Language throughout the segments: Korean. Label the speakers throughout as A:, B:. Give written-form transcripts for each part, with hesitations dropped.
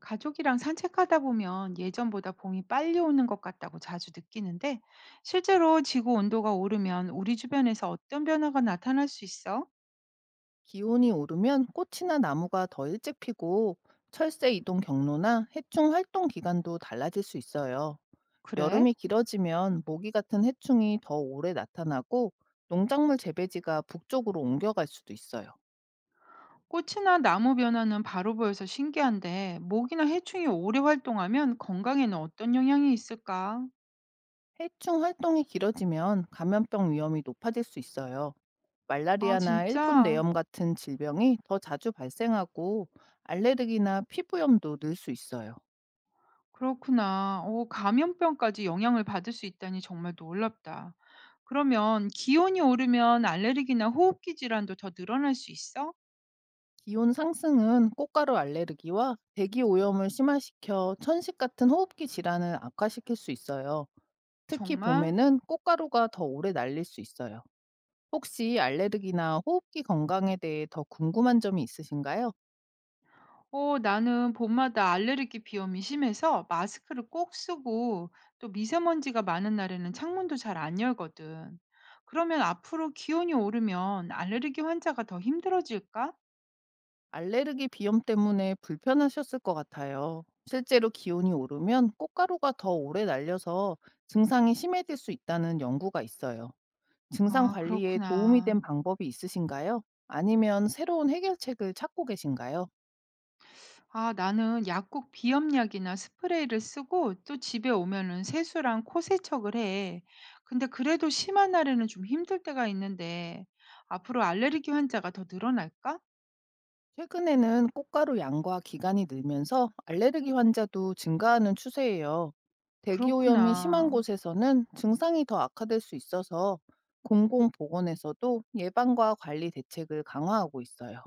A: 가족이랑 산책하다 보면 예전보다 봄이 빨리 오는 것 같다고 자주 느끼는데 실제로 지구 온도가 오르면 우리 주변에서 어떤 변화가 나타날 수 있어?
B: 기온이 오르면 꽃이나 나무가 더 일찍 피고 철새 이동 경로나 해충 활동 기간도 달라질 수 있어요.
A: 그래?
B: 여름이 길어지면 모기 같은 해충이 더 오래 나타나고 농작물 재배지가 북쪽으로 옮겨갈 수도 있어요.
A: 꽃이나 나무 변화는 바로 보여서 신기한데 모기나 해충이 오래 활동하면 건강에는 어떤 영향이 있을까?
B: 해충 활동이 길어지면 감염병 위험이 높아질 수 있어요.
A: 아,
B: 말라리아나 일본
A: 진짜?
B: 뇌염 같은 질병이 더 자주 발생하고 알레르기나 피부염도 늘 수 있어요.
A: 그렇구나. 오, 감염병까지 영향을 받을 수 있다니 정말 놀랍다. 그러면 기온이 오르면 알레르기나 호흡기 질환도 더 늘어날 수 있어?
B: 기온 상승은 꽃가루 알레르기와 대기 오염을 심화시켜 천식 같은 호흡기 질환을 악화시킬 수 있어요. 특히
A: 정말?
B: 봄에는 꽃가루가 더 오래 날릴 수 있어요. 혹시 알레르기나 호흡기 건강에 대해 더 궁금한 점이 있으신가요?
A: 어, 나는 봄마다 알레르기 비염이 심해서 마스크를 꼭 쓰고 또 미세먼지가 많은 날에는 창문도 잘 안 열거든. 그러면 앞으로 기온이 오르면 알레르기 환자가 더 힘들어질까?
B: 알레르기 비염 때문에 불편하셨을 것 같아요. 실제로 기온이 오르면 꽃가루가 더 오래 날려서 증상이 심해질 수 있다는 연구가 있어요. 증상
A: 아,
B: 관리에 도움이 된
A: 그렇구나.
B: 방법이 있으신가요? 아니면 새로운 해결책을 찾고 계신가요?
A: 아, 나는 약국 비염약이나 스프레이를 쓰고 또 집에 오면은 세수랑 코 세척을 해. 근데 그래도 심한 날에는 좀 힘들 때가 있는데 앞으로 알레르기 환자가 더 늘어날까?
B: 최근에는 꽃가루 양과 기간이 늘면서 알레르기 환자도 증가하는 추세예요. 대기 오염이 심한
A: 그렇구나.
B: 곳에서는 증상이 더 악화될 수 있어서 공공보건에서도 예방과 관리 대책을 강화하고 있어요.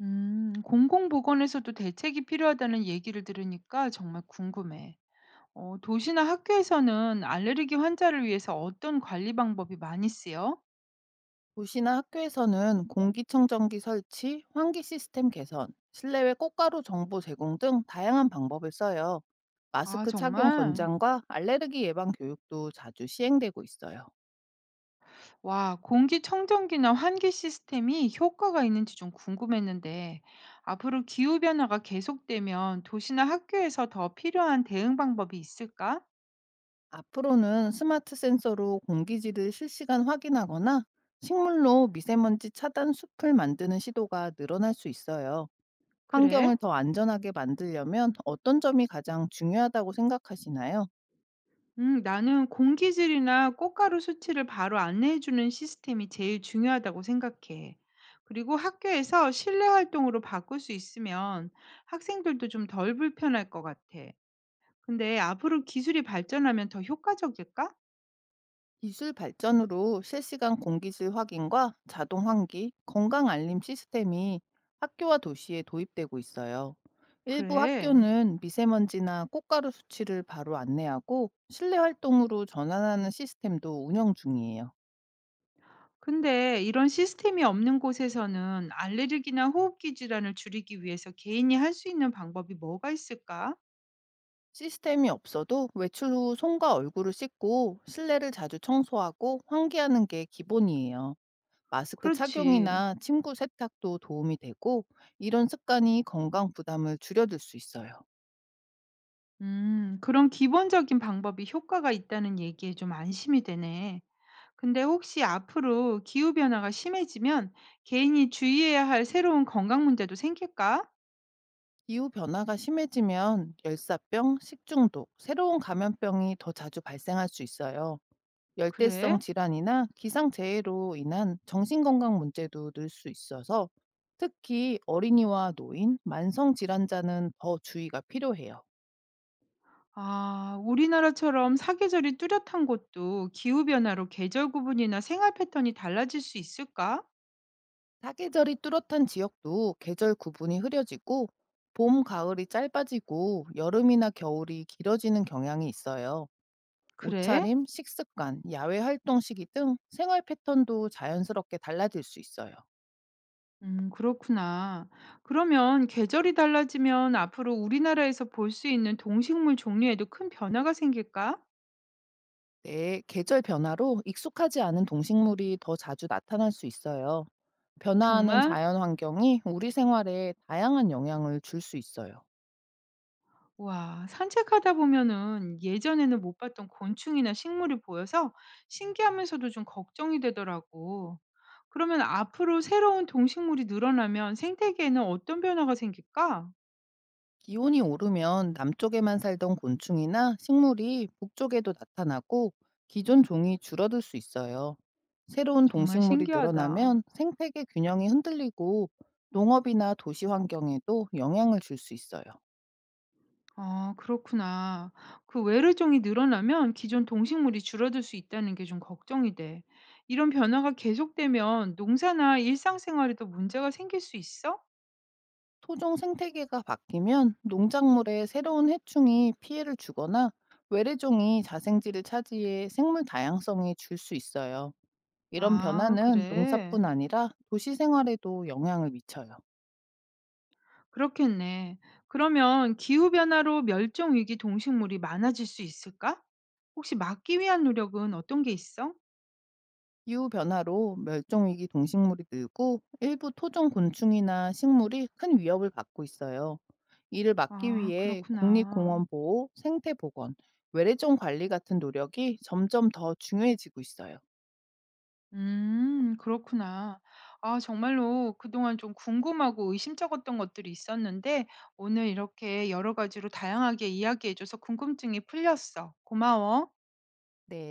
A: 공공보건에서도 대책이 필요하다는 얘기를 들으니까 정말 궁금해. 어, 도시나 학교에서는 알레르기 환자를 위해서 어떤 관리 방법이 많이 쓰여?
B: 도시나 학교에서는 공기청정기 설치, 환기 시스템 개선, 실내외 꽃가루 정보 제공 등 다양한 방법을 써요.
A: 아,
B: 마스크 착용
A: 정말?
B: 권장과 알레르기 예방 교육도 자주 시행되고 있어요.
A: 와, 공기청정기나 환기 시스템이 효과가 있는지 좀 궁금했는데, 앞으로 기후변화가 계속되면 도시나 학교에서 더 필요한 대응 방법이 있을까?
B: 앞으로는 스마트 센서로 공기질을 실시간 확인하거나 식물로 미세먼지 차단 숲을 만드는 시도가 늘어날 수 있어요.
A: 그래?
B: 환경을 더 안전하게 만들려면 어떤 점이 가장 중요하다고 생각하시나요?
A: 나는 공기질이나 꽃가루 수치를 바로 안내해 주는 시스템이 제일 중요하다고 생각해. 그리고 학교에서 실내 활동으로 바꿀 수 있으면 학생들도 좀 덜 불편할 것 같아. 근데 앞으로 기술이 발전하면 더 효과적일까?
B: 기술 발전으로 실시간 공기질 확인과 자동 환기, 건강 알림 시스템이 학교와 도시에 도입되고 있어요. 일부
A: 그래.
B: 학교는 미세먼지나 꽃가루 수치를 바로 안내하고 실내 활동으로 전환하는 시스템도 운영 중이에요.
A: 근데 이런 시스템이 없는 곳에서는 알레르기나 호흡기 질환을 줄이기 위해서 개인이 할 수 있는 방법이 뭐가 있을까?
B: 시스템이 없어도 외출 후 손과 얼굴을 씻고 실내를 자주 청소하고 환기하는 게 기본이에요. 마스크
A: 그렇지.
B: 착용이나 침구 세탁도 도움이 되고 이런 습관이 건강 부담을 줄여줄 수 있어요.
A: 그런 기본적인 방법이 효과가 있다는 얘기에 좀 안심이 되네. 근데 혹시 앞으로 기후변화가 심해지면 개인이 주의해야 할 새로운 건강 문제도 생길까?
B: 기후 변화가 심해지면 열사병, 식중독, 새로운 감염병이 더 자주 발생할 수 있어요. 열대성
A: 그래?
B: 질환이나 기상재해로 인한 정신건강 문제도 늘 수 있어서 특히 어린이와 노인, 만성 질환자는 더 주의가 필요해요.
A: 아, 우리나라처럼 사계절이 뚜렷한 곳도 기후변화로 계절 구분이나 생활 패턴이 달라질 수 있을까?
B: 사계절이 뚜렷한 지역도 계절 구분이 흐려지고 봄, 가을이 짧아지고 여름이나 겨울이 길어지는 경향이 있어요.
A: 그래?
B: 옷차림, 식습관, 야외 활동 시기 등 생활 패턴도 자연스럽게 달라질 수 있어요.
A: 그렇구나. 그러면 계절이 달라지면 앞으로 우리나라에서 볼 수 있는 동식물 종류에도 큰 변화가 생길까?
B: 네, 계절 변화로 익숙하지 않은 동식물이 더 자주 나타날 수 있어요. 변화하는
A: 정말?
B: 자연 환경이 우리 생활에 다양한 영향을 줄 수 있어요.
A: 와, 산책하다 보면은 예전에는 못 봤던 곤충이나 식물이 보여서 신기하면서도 좀 걱정이 되더라고. 그러면 앞으로 새로운 동식물이 늘어나면 생태계에는 어떤 변화가 생길까?
B: 기온이 오르면 남쪽에만 살던 곤충이나 식물이 북쪽에도 나타나고 기존 종이 줄어들 수 있어요. 새로운
A: 정말
B: 동식물이
A: 신기하다.
B: 늘어나면 생태계 균형이 흔들리고 농업이나 도시 환경에도 영향을 줄 수 있어요.
A: 아, 그렇구나. 그 외래종이 늘어나면 기존 동식물이 줄어들 수 있다는 게 좀 걱정이 돼. 이런 변화가 계속되면 농사나 일상생활에도 문제가 생길 수 있어?
B: 토종 생태계가 바뀌면 농작물에 새로운 해충이 피해를 주거나 외래종이 자생지를 차지해 생물 다양성이 줄 수 있어요. 이런
A: 아,
B: 변화는 농사뿐
A: 그래.
B: 아니라 도시 생활에도 영향을 미쳐요.
A: 그렇겠네. 그러면 기후변화로 멸종위기 동식물이 많아질 수 있을까? 혹시 막기 위한 노력은 어떤 게 있어?
B: 기후 변화로 멸종 위기 동식물이 늘고 일부 토종 곤충이나 식물이 큰 위협을 받고 있어요. 이를 막기
A: 아,
B: 위해
A: 그렇구나.
B: 국립공원 보호, 생태 복원, 외래종 관리 같은 노력이 점점 더 중요해지고 있어요.
A: 그렇구나. 아, 정말로 그동안 좀 궁금하고 의심쩍었던 것들이 있었는데, 오늘 이렇게 여러 가지로 다양하게 이야기해줘서 궁금증이 풀렸어. 고마워.
B: 네.